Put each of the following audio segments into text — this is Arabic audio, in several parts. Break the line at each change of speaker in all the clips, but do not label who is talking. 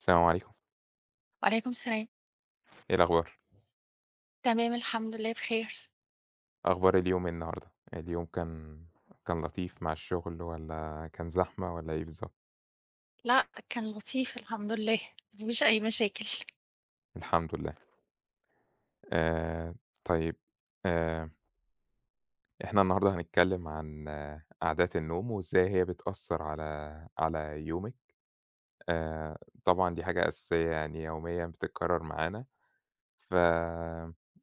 السلام عليكم،
وعليكم السلام.
إيه الأخبار؟
تمام الحمد لله بخير.
أخبار اليوم إيه النهارده؟ اليوم كان لطيف مع الشغل والّا كان زحمة والّا إيه بالضبط؟
لأ، كان لطيف الحمد لله، ما فيش أي مشاكل.
الحمد لله. آآ طيب، آآ إحنا النهارده هنتكلّم عن عادات النوم وإزاي هي بتأثّر على يومِك. آآ طبعًا دي حاجة أساسية يعني يوميًا بتتكرّر معانا، ف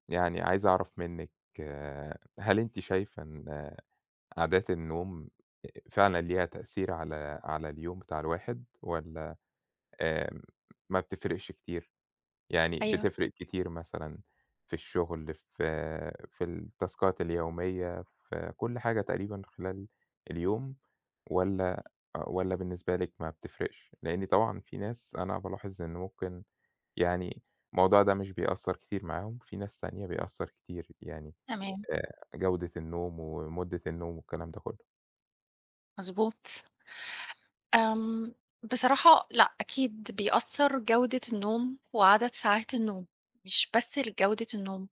يعني عايز أعرف منِّك آه، هل أنتِ شايفة إن عادات النوم فعلًا ليها تأثير على اليوم بتاع الواحد والّا آمم ما بتفرقش كتير؟ يعني
أيوه،
بتفرق كتير مثلًا في الشغل، في التاسكات اليومية، في كل حاجة تقريبًا خلال اليوم والّا والّا بالنسبة لِك ما بتفرقش؟ لإن طبعًا في ناس أنا بالاحظ إن ممكن يعني الموضوع ده مش بيأثّر كتير معاهم، في ناس تانية بيأثّر كتير، يعني
تمام،
جودة النوم ومدة النوم والكلام ده كُلّه.
مضبوط. آمم، بصراحة لأ، أكيد بيأثّر جودة النوم وعدد ساعات النوم، مش بس جودة النوم.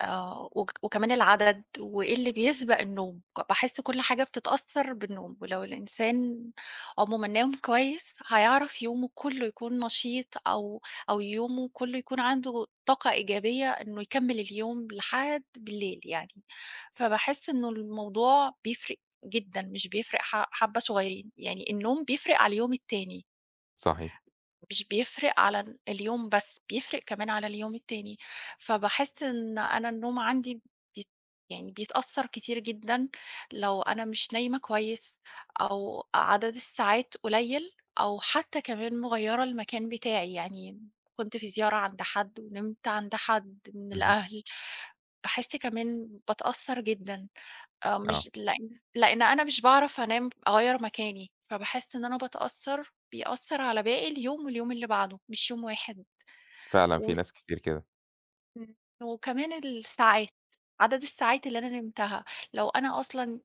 آه، وك وكمان العدد، وإيه اللي بيسبق النوم، باحس كل حاجة بتتأثّر بالنوم، ولو الإنسان عمومًا نام كويس هيعرف يومه كله يكون نشيط أو يومه كله يكون عنده طاقة إيجابية إنه يكمّل اليوم لحد بالليل يعني، فباحس إنه الموضوع بيفرق جدًا، مش بيفرق حبّة صغيّرين، يعني النوم بيفرق على اليوم التاني.
صحيح.
مش بيفرق على اليوم بس، بيفرق كمان على اليوم التاني، فباحس إن أنا النوم عندي بيت يعني بيتأثّر كتير جدًا لو أنا مش نايمة كويس أو عدد الساعات قليّل أو حتى كمان مغيّرة المكان بتاعي، يعني كنت في زيارة عند حد ونمت عند حد من
اهم.
الأهل، باحس كمان باتأثّر جدًا.
آه.
مش لإن أنا مش باعرف أنام أغيّر مكاني، فباحس إن أنا باتأثّر بيأثّر على باقي اليوم واليوم اللي بعده، مش يوم واحد
فعلًا في
و
ناس كتير كده.
إمم. وكمان الساعات، عدد الساعات اللي أنا نمتها، لو أنا أصلًا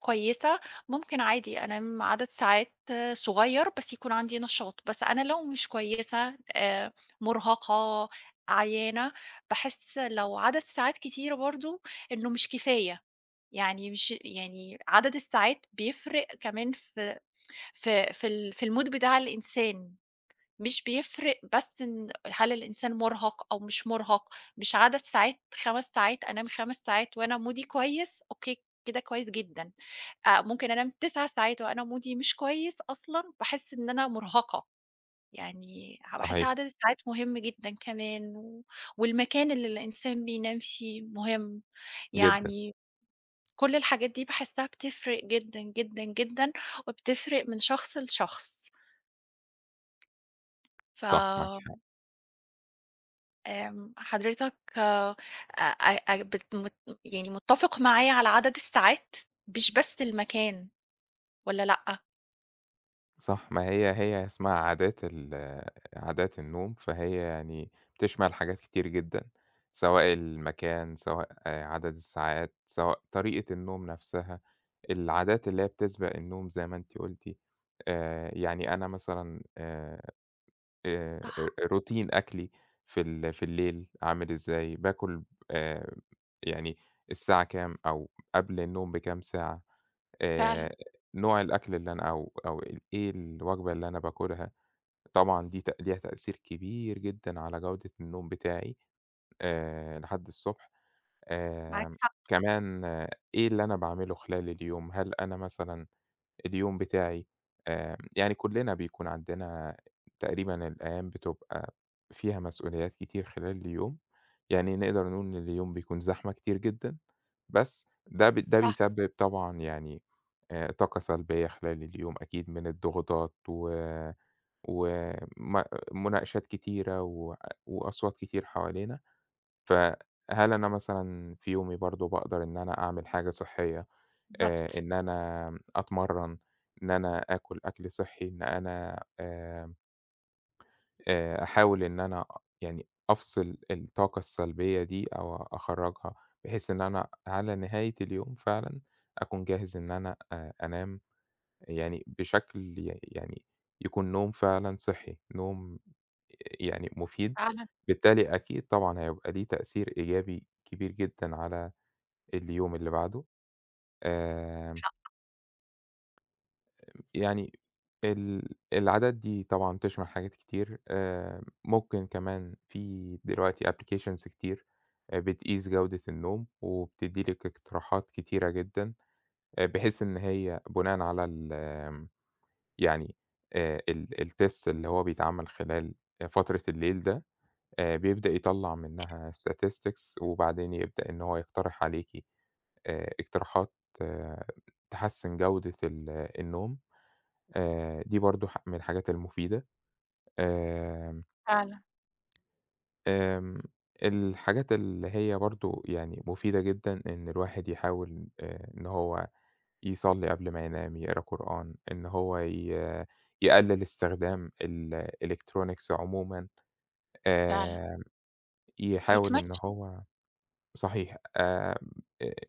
كويسة، ممكن عادي أنام عدد ساعات صغيّر بس يكون عندي نشاط، بس أنا لو مش كويسة، مرهقة، عيانة، باحس لو عدد ساعات كتيرة برضه إنه مش كفاية، يعني مش يعني عدد الساعات بيفرق كمان في الmood بتاع الإنسان. مش بيفرق بس إن هل الإنسان مُرهَق أو مش مُرهَق، مش عدد ساعات 5 ساعات أنام 5 ساعات وأنا مودي كويس، أوكي كده كويس جدًا، ممكن أنام 9 ساعات وأنا مودي مش كويس أصلًا، باحس إن أنا مُرهَقة، يعني باحس
صحيح.
عدد الساعات مهم جدًا كمان والمكان اللي الإنسان بينام فيه مهم،
جدًا.
يعني كل الحاجات دي باحسها بتفرق جدًا، جدًا، جدًا، وبتفرق من شخص لشخص. ف
صح، معاكِ حق.
آمم، حضرتك أ أ بت مت يعني متّفق معايا على عدد الساعات، مش بس المكان والّا لأ؟
صح، ما هي اسمها عادات النوم، فهي يعني بتشمل حاجات كتير جدًا، سواء المكان، سواء آه، عدد الساعات، سواء طريقة النوم نفسها، العادات اللي هي بتسبق النوم زي ما أنتِ قُلتِ. يعني أنا مثلًا آآ
صح
روتين أكلي في الليل عامل إزاي، باكل آآ يعني الساعة كام أو قبل النوم بكام ساعة،
فعلًا،
آآ نوع الأكل اللي أنا أو أو ال إيه الوجبة اللي أنا باكلها، طبعًا دي ليها تأثير كبير جدًا على جودة النوم بتاعي لحد الصبح،
معاك
آمم
حق،
كمان آه، إيه اللي أنا باعمله خلال اليوم، هل أنا مثلًا اليوم بتاعي، يعني كُلّنا بيكون عندنا تقريبًا الأيام بتبقى فيها مسؤوليات كتير خلال اليوم، يعني نقدر نقول إن اليوم بيكون زحمة كتير جدًا، بس ده
صح،
بيسبب طبعًا يعني طاقة سلبية خلال اليوم أكيد من الضغوطات و وم مناقشات كتيرة وأصوات كتير حوالينا، فهل أنا مثلًا في يومي برضه باقدر إن أنا أعمل حاجة صحّية؟
بالضبط،
إن أنا أتمرّن، إن أنا آكُل أكل صحّي، إن أنا أحاول إن أنا يعني أفصِل الطاقة السلبية دي أو أخرّجها، بحيث إن أنا على نهاية اليوم فعلًا أكون جاهز إن أنا أنام يعني بشكل ي يعني يكون نوم فعلًا صحّي، نوم يعني مفيد،
فعلًا،
بالتالي أكيد طبعًا هيبقى ليه تأثير إيجابي كبير جدًا على اليوم اللي بعده. آمم يعني ال العادات دي طبعًا بتشمل حاجات كتير، ممكن كمان في دلوقتي applications كتير، بتقيس جودة النوم، وبتدّي لِك اقتراحات كتيرة جدًا، بحيث إن هي بناءً على يعني الtest اللي هو بيتعمل خلال فترة الليل ده، بيبدأ يطلّع منها statistics وبعدين يبدأ إن هو يقترح عليكِ اقتراحات آه، تحسّن جودة النوم. دي برضه من الحاجات المفيدة. آمم،
فعلًا،
آمم، الحاجات اللي هي برضه يعني مفيدة جدًا إن الواحد يحاول إن هو يصلّي قبل ما ينام، يقرا قرآن، إن هو يقلل استخدام الelectronics عمومًا،
فعلًا،
آآ يحاول إن
يتمشى،
هو صحيح،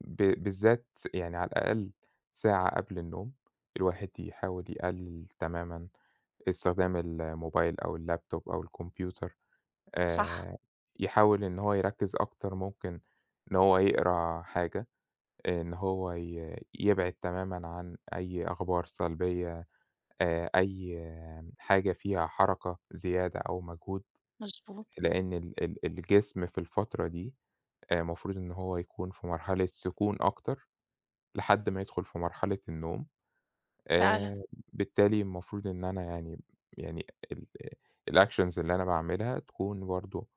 ب بالذات يعني على الأقل ساعة قبل النوم، الواحد يحاول يقلل تمامًا استخدام الموبايل أو الlaptop أو الكمبيوتر.
صح،
آآ يحاول إن هو يركّز أكتر ممكن إن هو يقرا حاجة، إن هو يبعد تمامًا عن أي أخبار سلبية، أي آه، حاجة فيها حركة زيادة أو مجهود،
مضبوط،
لإن ال ال الجسم في الفترة دي المفروض إن هو يكون في مرحلة سكون أكتر، لحد ما يدخل في مرحلة النوم.
فعلًا.
آآ، بالتالي المفروض إن أنا يعني ال الactions اللي أنا باعملها تكون برضه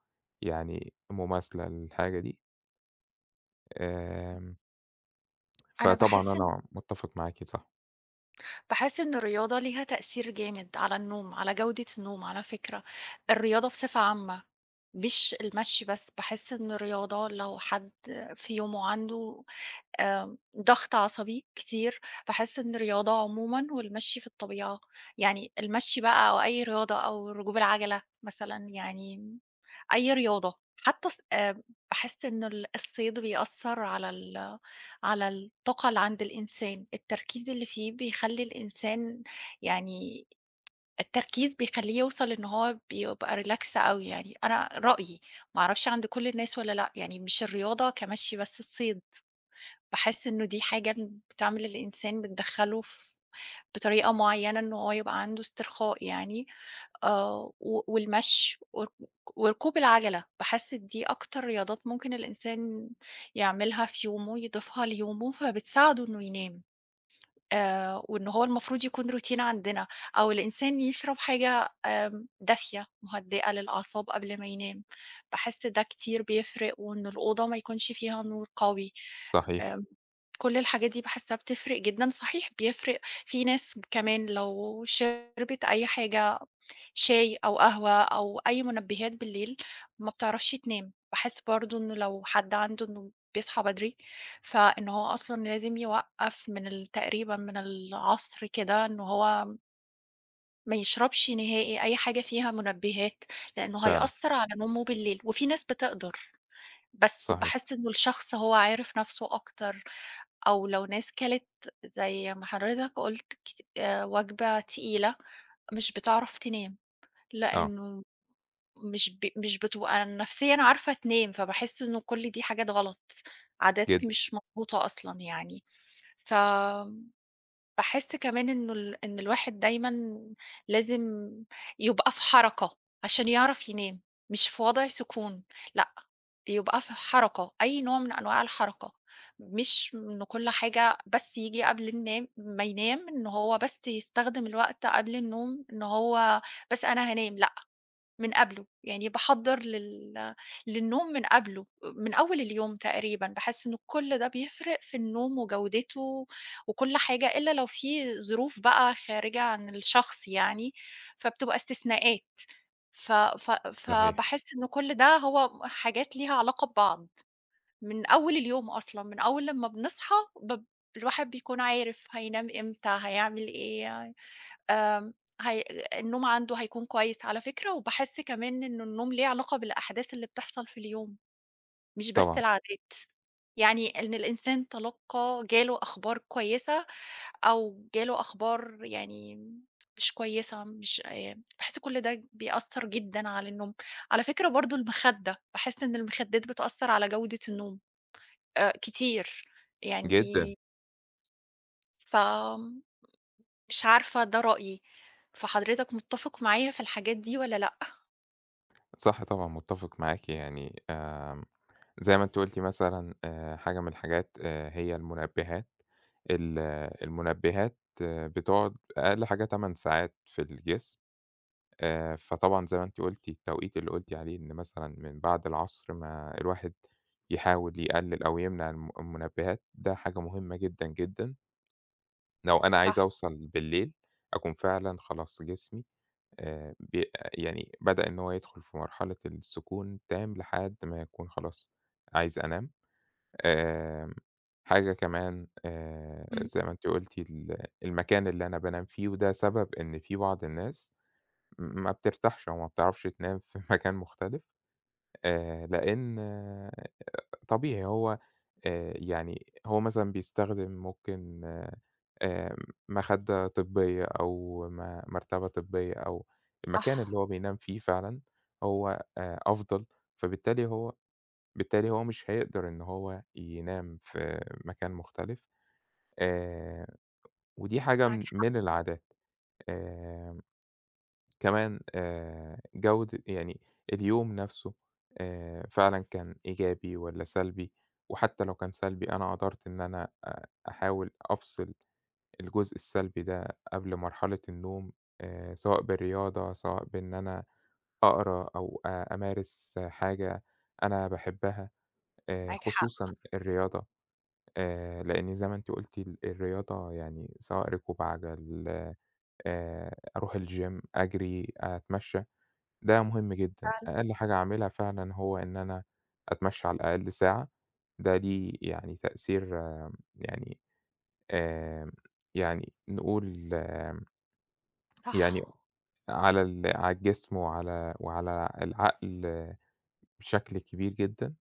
يعني مماثلة للحاجة دي، آمم،
أنا
فطبعًا
باحس إن
أنا متّفق معاكِ صح،
باحس إن الرياضة ليها تأثير جامد على النوم، على جودة النوم على فكرة، الرياضة بصفة عامة، مش المشي بس. باحس إن الرياضة لو حد في يومه عنده آمم، ضغط عصبي كتير، باحس إن الرياضة عمومًا والمشي في الطبيعة، يعني المشي بقى أو أي رياضة أو ركوب العجلة مثلًا، يعني أي رياضة، حتى الص باحس إن الصيد بيأثّر على على الطاقة اللي عند الإنسان، التركيز اللي فيه بيخلّي الإنسان يعني، التركيز بيخلّيه يوصل إن هو بيبقى relax أوي يعني، أنا رأيي، ما أعرفش عند كل الناس والّا لأ، يعني مش الرياضة كمشي بس الصيد. باحس إنه دي حاجة بتعمل الإنسان، بتدخّله في بطريقة معيّنة إن هو يبقى عنده استرخاء يعني. آه، و والمشي ور وركوب العَجَلة، باحس دي أكتر رياضات ممكن الإنسان يعملها في يومه، يضيفها ليومه، فبتساعده إنه ينام. وإن هو المفروض يكون روتين عندنا، أو الإنسان يشرب حاجة دافية مهدئة للأعصاب قبل ما ينام، باحس ده كتير بيفرق، وإن الأوضة ما يكونش فيها نور قوي.
صحيح
آمم كل الحاجات دي باحسّها بتفرق جدًا، صحيح بيفرق. في ناس كمان لو شربت أي حاجة، شاي أو قهوة أو أي منبهات بالليل، ما بتعرفش تنام. باحس برضه إنه لو حد عنده إنه بيصحى بدري، فإن هو أصلًا لازم يوقّف من تقريبًا من العصر كده إن هو ما يشربش نهائي أي حاجة فيها منبهات، لإنه
فعلًا،
هيأثّر على نومه بالليل، وفي ناس بتقدر. بس
صحيح،
باحس إنه الشخص هو عارف نَفْسه أكتر، أو لو ناس كَلِت زي ما حضرتك قُلت، كت وجبة تقيلة، مش بتعرف تنام،
آه،
لإنه مش بتبقى نفسيًا عارفة تنام، فباحس إنه كل دي حاجات غلط، عادات
جدًا،
مش مضبوطة أصلًا يعني. ف باحس كمان إنه إن الواحد دايمًا لازم يبقى في حركة عشان يعرف ينام، مش في وضع سكون، لأ، يبقى في حركة، أي نوع من أنواع الحركة. مش إنه كل حاجة بس ييجي قبل النام ما ينام، إن هو بس يستخدم الوقت قبل النوم إن هو بس أنا هانام، لأ. من قبله، يعني باحضّر للنوم من قبله، من أول اليوم تقريبًا، باحس إنه كل ده بيفرق في النوم وجودته وكل حاجة، إلا لو في ظروف بقى خارجة عن الشخص يعني، فبتبقى استثناءات. ف ف
صحيح،
فباحس إنه كل ده هو حاجات ليها علاقة ببعض، من أول اليوم أصلًا، من أول لمّا بنصحى، ب الواحد بيكون عارف هينام إمتى، هيعمل إيه يعني. آمم، هي النوم عنده هيكون كويس على فكرة، وباحس كمان إنه النوم ليه علاقة بالأحداث اللي بتحصل في اليوم، مش بس
طبعًا،
العادات، يعني إن الإنسان تلقّى جاله أخبار كويسة أو جاله أخبار يعني مش كويسة، مش باحس كل ده بيأثّر جدًا على النوم. على فكرة برضه المخدة، باحس إن المخدات بتأثّر على جودة النوم كتير يعني،
جدًا،
فمش عارفة ده رأيي، فحضرتك متّفق معايا في الحاجات دي والّا لأ؟
صح طبعًا، متّفق معاكِ يعني آمم، زي ما أنتِ قُلتِ مثلًا حاجة من الحاجات هي المنبهات، ال المنبهات آه، بتقعد أقل حاجة 8 ساعات في الجسم. فطبعًا زي ما أنتِ قُلتِ التوقيت اللي قُلتِ عليه إن مثلًا من بعد العصر ما الواحد يحاول يقلل أو يمنع المنبهات، ده حاجة مهمة جدًا، جدًا. لو أنا عايز
صح.
أوصل بالليل أكون فعلًا خلاص جسمي ب يعني بدأ إن هو يدخل في مرحلة السكون التام لحد ما يكون خلاص عايز أنام. آمم، حاجة كمان
إمم.
زي ما أنتِ قُلتِ المكان اللي أنا بانام فيه، وده سبب إن في بعض الناس ما بترتاحش أو ما بتعرفش تنام في مكان مختلف لإن آه، طبيعي هو يعني هو مثلًا بيستخدم ممكن آآ، مخدة طبية أو م مرتبة طبية أو المكان اللي
صح.
هو بينام فيه فعلًا هو أفضل، فبالتالي هو بالتالي هو مش هيقدر إن هو ينام في مكان مختلف آآ، ودي حاجة
معاك
من
ح
من العادات آآ كمان جودة يعني اليوم نفسه فعلًا كان إيجابي والّا سلبي؟ وحتى لو كان سلبي أنا قدرت إن أنا أحاول أفصل الجزء السلبي ده قبل مرحلة النوم سواء بالرياضة، سواء بإن أنا أقرا أو أمارس حاجة أنا باحبها
معاك حق
خصوصًا الرياضة لإن زي ما أنتِ قُلتِ الرياضة يعني سواء ركوب عَجَل، أروح الgym، أجري، أتمشى. ده مهم جدًا،
فعلًا،
أقل حاجة أعملها فعلًا هو إن أنا أتمشى على الأقل ساعة، ده ليه يعني تأثير آه، يعني آمم، يعني نقول آه،
صح.
يعني على الجسم وعلى العقل آه، بشكل كبير جدًا،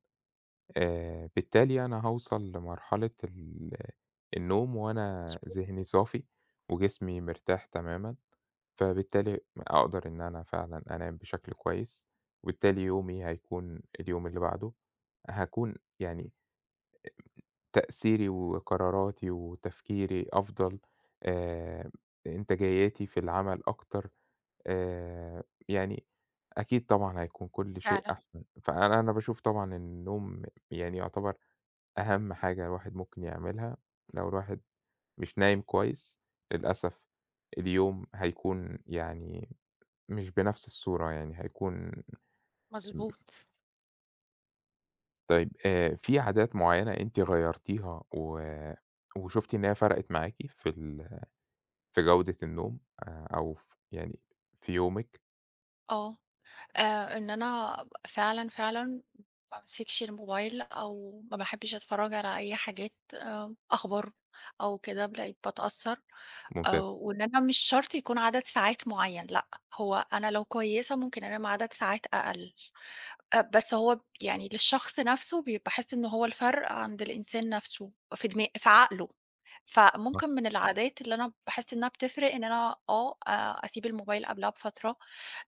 بالتالي أنا هاوصل لمرحلة النوم وأنا
مضبوط،
ذهني صافي وجسمي مرتاح تمامًا. فبالتالي أقدر إن أنا فعلًا أنام بشكل كويس، وبالتالي يومي هيكون اليوم اللي بعده، هاكون يعني تأثيري وقراراتي وتفكيري أفضل، آآ، إنتاجيتي في العمل أكتر، يعني أكيد طبعًا هيكون كل شيء
فعلًا،
أحسن. فأنا باشوف طبعًا إن النوم يعني يعتبر أهم حاجة الواحد ممكن يعملها، لو الواحد مش نايم كويس للأسف اليوم هيكون يعني مش بنفس الصورة، يعني هيكون.
مضبوط.
طيب في عادات معيّنة أنتِ غيّرتيها وشُفتِ إن هي فرقِت معاكِ في جودة النوم أو يعني في يومِك؟
آه. إن أنا فعلًا، فعلًا ما بامسكش الموبايل أو ما باحبّش أتفرّج على أي حاجات أخبار أو كده، بقيت باتأثّر.
ممتاز،
وإن أنا مش شرط يكون عدد ساعات معيّن، لأ، هو أنا لو كويسة ممكن أنام عدد ساعات أقل، بس هو يعني للشخص نَفْسه، باحس إن هو الفرق عند الإنسان نَفْسه في عقله.
أها،
فممكن من العادات اللي أنا باحس إنها بتفرق إن أنا، أسيب الموبايل قبلها بفترة.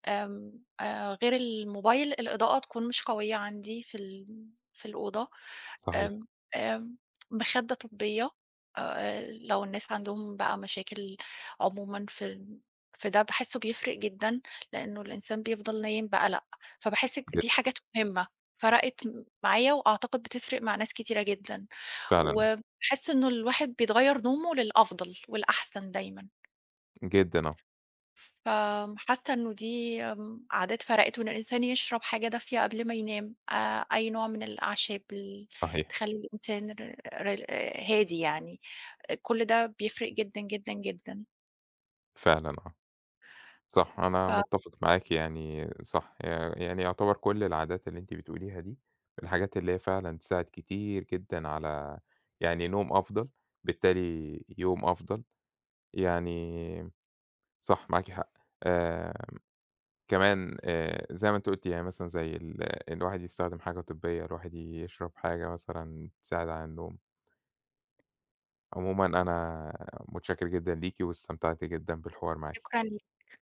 آمم، غير الموبايل، الإضاءة تكون مش قوية عندي في الأوضة.
صحيح،
آمم، آمم، مخدة طبية، لو الناس عندهم بقى مشاكل عمومًا، في ده باحسّه بيفرق جدًا، لإنه الإنسان بيفضل نايم بقلق، فباحس دي
جدًا،
حاجات مهمة، فرقت معايا وأعتقد بتفرق مع ناس كتيرة جدًا،
فعلًا آه،
وباحس إنه الواحد بيتغيّر نومه للأفضل والأحسن دايمًا.
جدًا آه،
فحاسة إنه دي عادات فرقِت، وإن الإنسان يشرب حاجة دافية قبل ما ينام، أي نوع من الأعشاب
صحيح،
تخلّي الإنسان ر ر هادي يعني، كل ده بيفرق جدًا، جدًا، جدًا.
فعلًا آه، صح، أنا متّفق معاكِ يعني صح، يعني يعتبر كل العادات اللي أنتِ بتقوليها دي، الحاجات اللي هي فعلًا تساعد كتير جدًا على يعني نوم أفضل، بالتالي يوم أفضل، يعني صح، معاكِ حق. آآ كمان زي ما أنتِ قُلتِ يعني مثلًا زي الواحد يستخدم حاجة طبية، الواحد يشرب حاجة مثلًا تساعد على النوم. عمومًا أنا متشكر جدًا ليكِ واستمتعت جدًا بالحوار معاكِ.
فشكرًا ليك.